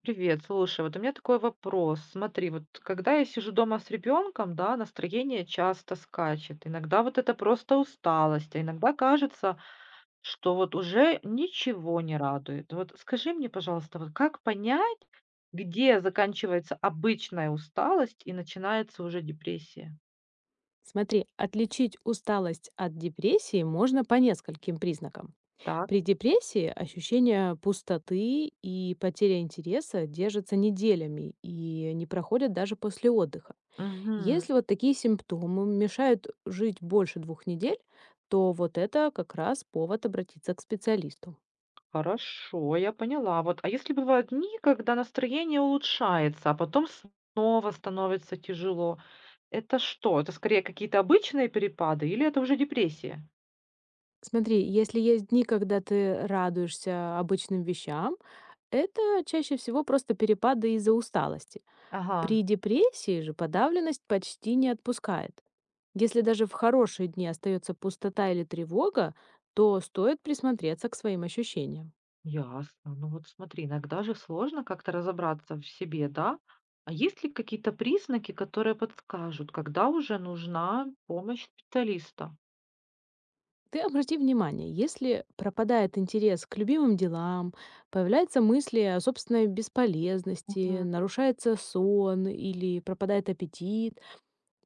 Привет, слушай, вот у меня такой вопрос. Смотри, вот когда я сижу дома с ребенком, да, настроение часто скачет. Иногда вот это просто усталость, а иногда кажется, что вот уже ничего не радует. Вот скажи мне, пожалуйста, вот как понять, где заканчивается обычная усталость и начинается уже депрессия? Смотри, отличить усталость от депрессии можно по нескольким признакам. Так. При депрессии ощущение пустоты и потеря интереса держатся неделями и не проходят даже после отдыха. Если вот такие симптомы мешают жить больше 2 недель, то вот это как раз повод обратиться к специалисту. Хорошо, я поняла. Вот, а если бывают дни, когда настроение улучшается, а потом снова становится тяжело, это что? Это скорее какие-то обычные перепады или это уже депрессия? Смотри, если есть дни, когда ты радуешься обычным вещам, это чаще всего просто перепады из-за усталости. При Ага. депрессии же подавленность почти не отпускает. Если даже в хорошие дни остается пустота или тревога, то стоит присмотреться к своим ощущениям. Ясно. Ну вот смотри, иногда же сложно как-то разобраться в себе, да? А есть ли какие-то признаки, которые подскажут, когда уже нужна помощь специалиста? Ты обрати внимание, если пропадает интерес к любимым делам, появляются мысли о собственной бесполезности, Мгм. нарушается сон или пропадает аппетит,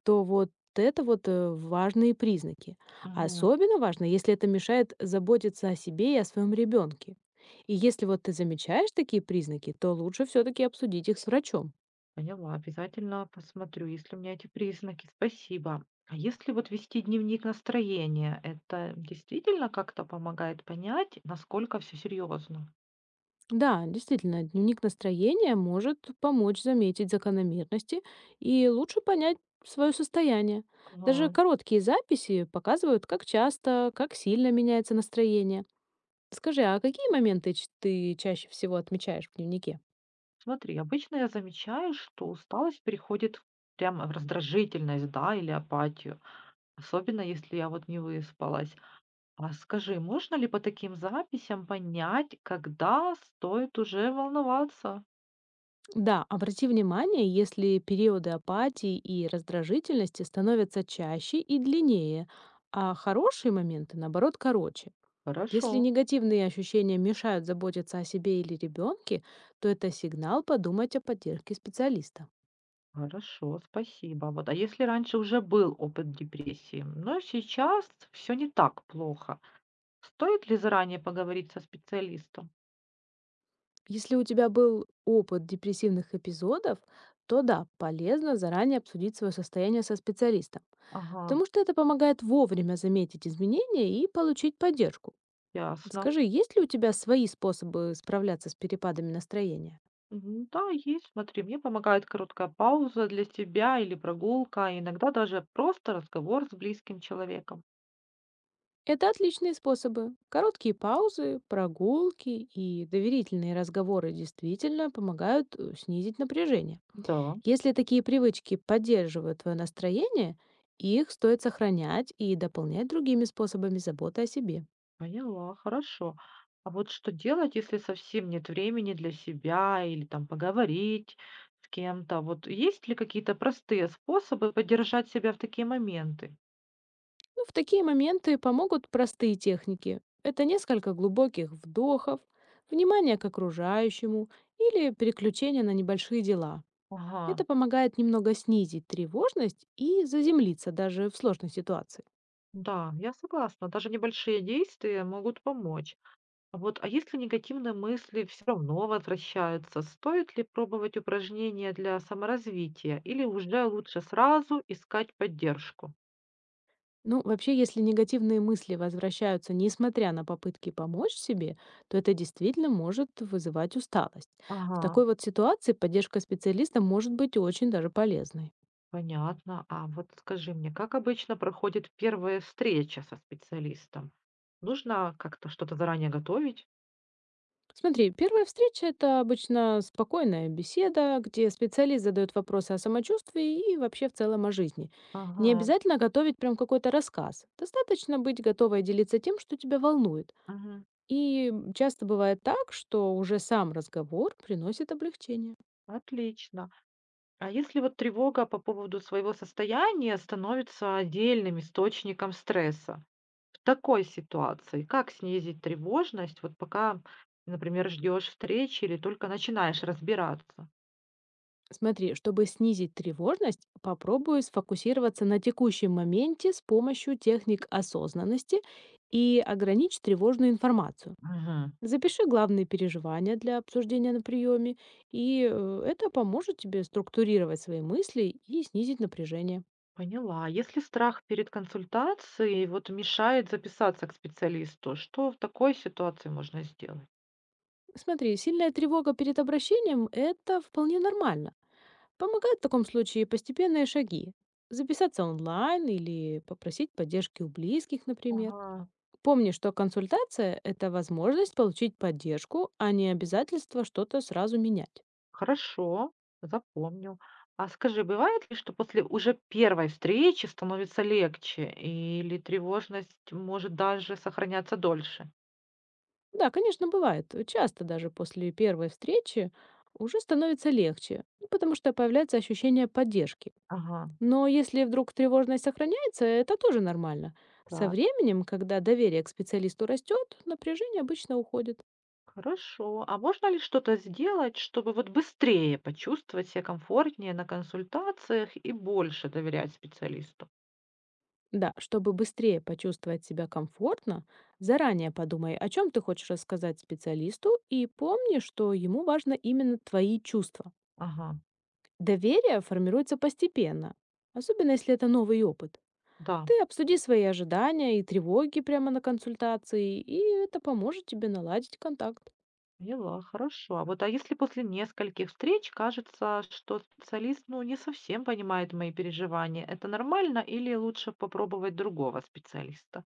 то вот это вот важные признаки. Мгм. Особенно важно, если это мешает заботиться о себе и о своем ребенке. И если вот ты замечаешь такие признаки, то лучше все-таки обсудить их с врачом. Поняла, обязательно посмотрю, если у меня эти признаки. Спасибо. А если вот вести дневник настроения, это действительно как-то помогает понять, насколько все серьезно? Да, действительно, дневник настроения может помочь заметить закономерности и лучше понять свое состояние. Даже Ага. короткие записи показывают, как часто, как сильно меняется настроение. Скажи, а какие моменты ты чаще всего отмечаешь в дневнике? Смотри, обычно я замечаю, что усталость переходит прямо в раздражительность, да, или апатию, особенно если я вот не выспалась. А скажи, можно ли по таким записям понять, когда стоит уже волноваться? Да, обрати внимание, если периоды апатии и раздражительности становятся чаще и длиннее, а хорошие моменты, наоборот, короче. Если Хорошо. негативные ощущения мешают заботиться о себе или ребенке, то это сигнал подумать о поддержке специалиста. Хорошо, спасибо. Вот, а если раньше уже был опыт депрессии, но сейчас все не так плохо, стоит ли заранее поговорить со специалистом? Если у тебя был опыт депрессивных эпизодов, то да, полезно заранее обсудить свое состояние со специалистом, Ага, потому что это помогает вовремя заметить изменения и получить поддержку. ясно. Скажи, есть ли у тебя свои способы справляться с перепадами настроения? Мгм, да, есть, смотри, мне помогает короткая пауза для себя или прогулка, а иногда даже просто разговор с близким человеком. Это отличные способы. Короткие паузы, прогулки и доверительные разговоры действительно помогают снизить напряжение. Да. Если такие привычки поддерживают твое настроение, их стоит сохранять и дополнять другими способами заботы о себе. Поняла, хорошо. А вот что делать, если совсем нет времени для себя или там поговорить с кем-то? Вот есть ли какие-то простые способы поддержать себя в такие моменты? Ну, в такие моменты помогут простые техники. Это несколько глубоких вдохов, внимание к окружающему или переключение на небольшие дела. Ага, Это помогает немного снизить тревожность и заземлиться даже в сложной ситуации. да, я согласна. Даже небольшие действия могут помочь. А вот, а если негативные мысли все равно возвращаются, стоит ли пробовать упражнения для саморазвития или уже лучше сразу искать поддержку? Ну, вообще, если негативные мысли возвращаются, несмотря на попытки помочь себе, то это действительно может вызывать усталость. В Ага. такой вот ситуации поддержка специалиста может быть очень даже полезной. Понятно. А вот скажи мне, как обычно проходит первая встреча со специалистом? Нужно как-то что-то заранее готовить? Смотри, первая встреча — это обычно спокойная беседа, где специалист задает вопросы о самочувствии и вообще в целом о жизни. Не Ага, обязательно готовить прям какой-то рассказ. Достаточно быть готовой делиться тем, что тебя волнует. мгм. И часто бывает так, что уже сам разговор приносит облегчение. Отлично. А если вот тревога по поводу своего состояния становится отдельным источником стресса? В такой ситуации как снизить тревожность, вот пока, например, ждешь встречи или только начинаешь разбираться? Смотри, чтобы снизить тревожность, попробуй сфокусироваться на текущем моменте с помощью техник осознанности и ограничь тревожную информацию. Мгм. Запиши главные переживания для обсуждения на приеме, и это поможет тебе структурировать свои мысли и снизить напряжение. Поняла. Если страх перед консультацией вот мешает записаться к специалисту, что в такой ситуации можно сделать? Смотри, сильная тревога перед обращением — это вполне нормально. Помогают в таком случае постепенные шаги. Записаться онлайн или попросить поддержки у близких, например. Ага. Помни, что консультация — это возможность получить поддержку, а не обязательство что-то сразу менять. Хорошо, запомню. А скажи, бывает ли, что после уже первой встречи становится легче или тревожность может даже сохраняться дольше? Да, конечно, бывает. Часто даже после первой встречи уже становится легче, ну, потому что появляется ощущение поддержки. Ага, Но если вдруг тревожность сохраняется, это тоже нормально. Со так, временем, когда доверие к специалисту растет, напряжение обычно уходит. хорошо. А можно ли что-то сделать, чтобы вот быстрее почувствовать себя комфортнее на консультациях и больше доверять специалисту? Да, чтобы быстрее почувствовать себя комфортно, заранее подумай, о чем ты хочешь рассказать специалисту, и помни, что ему важно именно твои чувства. Ага, Доверие формируется постепенно, особенно если это новый опыт. да. Ты обсуди свои ожидания и тревоги прямо на консультации, и это поможет тебе наладить контакт. Поняла, хорошо. А вот, а если после нескольких встреч кажется, что специалист, ну, не совсем понимает мои переживания, это нормально или лучше попробовать другого специалиста?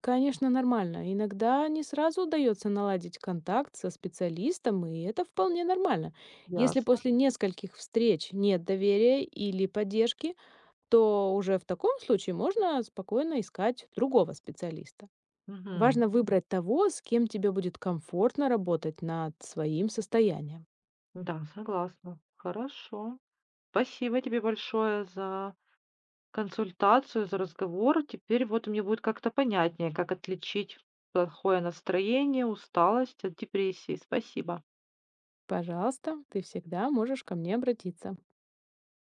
Конечно, нормально. Иногда не сразу удается наладить контакт со специалистом, и это вполне нормально. Если Ясно. после нескольких встреч нет доверия или поддержки, то уже в таком случае можно спокойно искать другого специалиста. Мгм. Важно выбрать того, с кем тебе будет комфортно работать над своим состоянием. Да, согласна. Хорошо. Спасибо тебе большое за консультацию, за разговор. Теперь вот мне будет как-то понятнее, как отличить плохое настроение, усталость от депрессии. Спасибо. Пожалуйста, ты всегда можешь ко мне обратиться.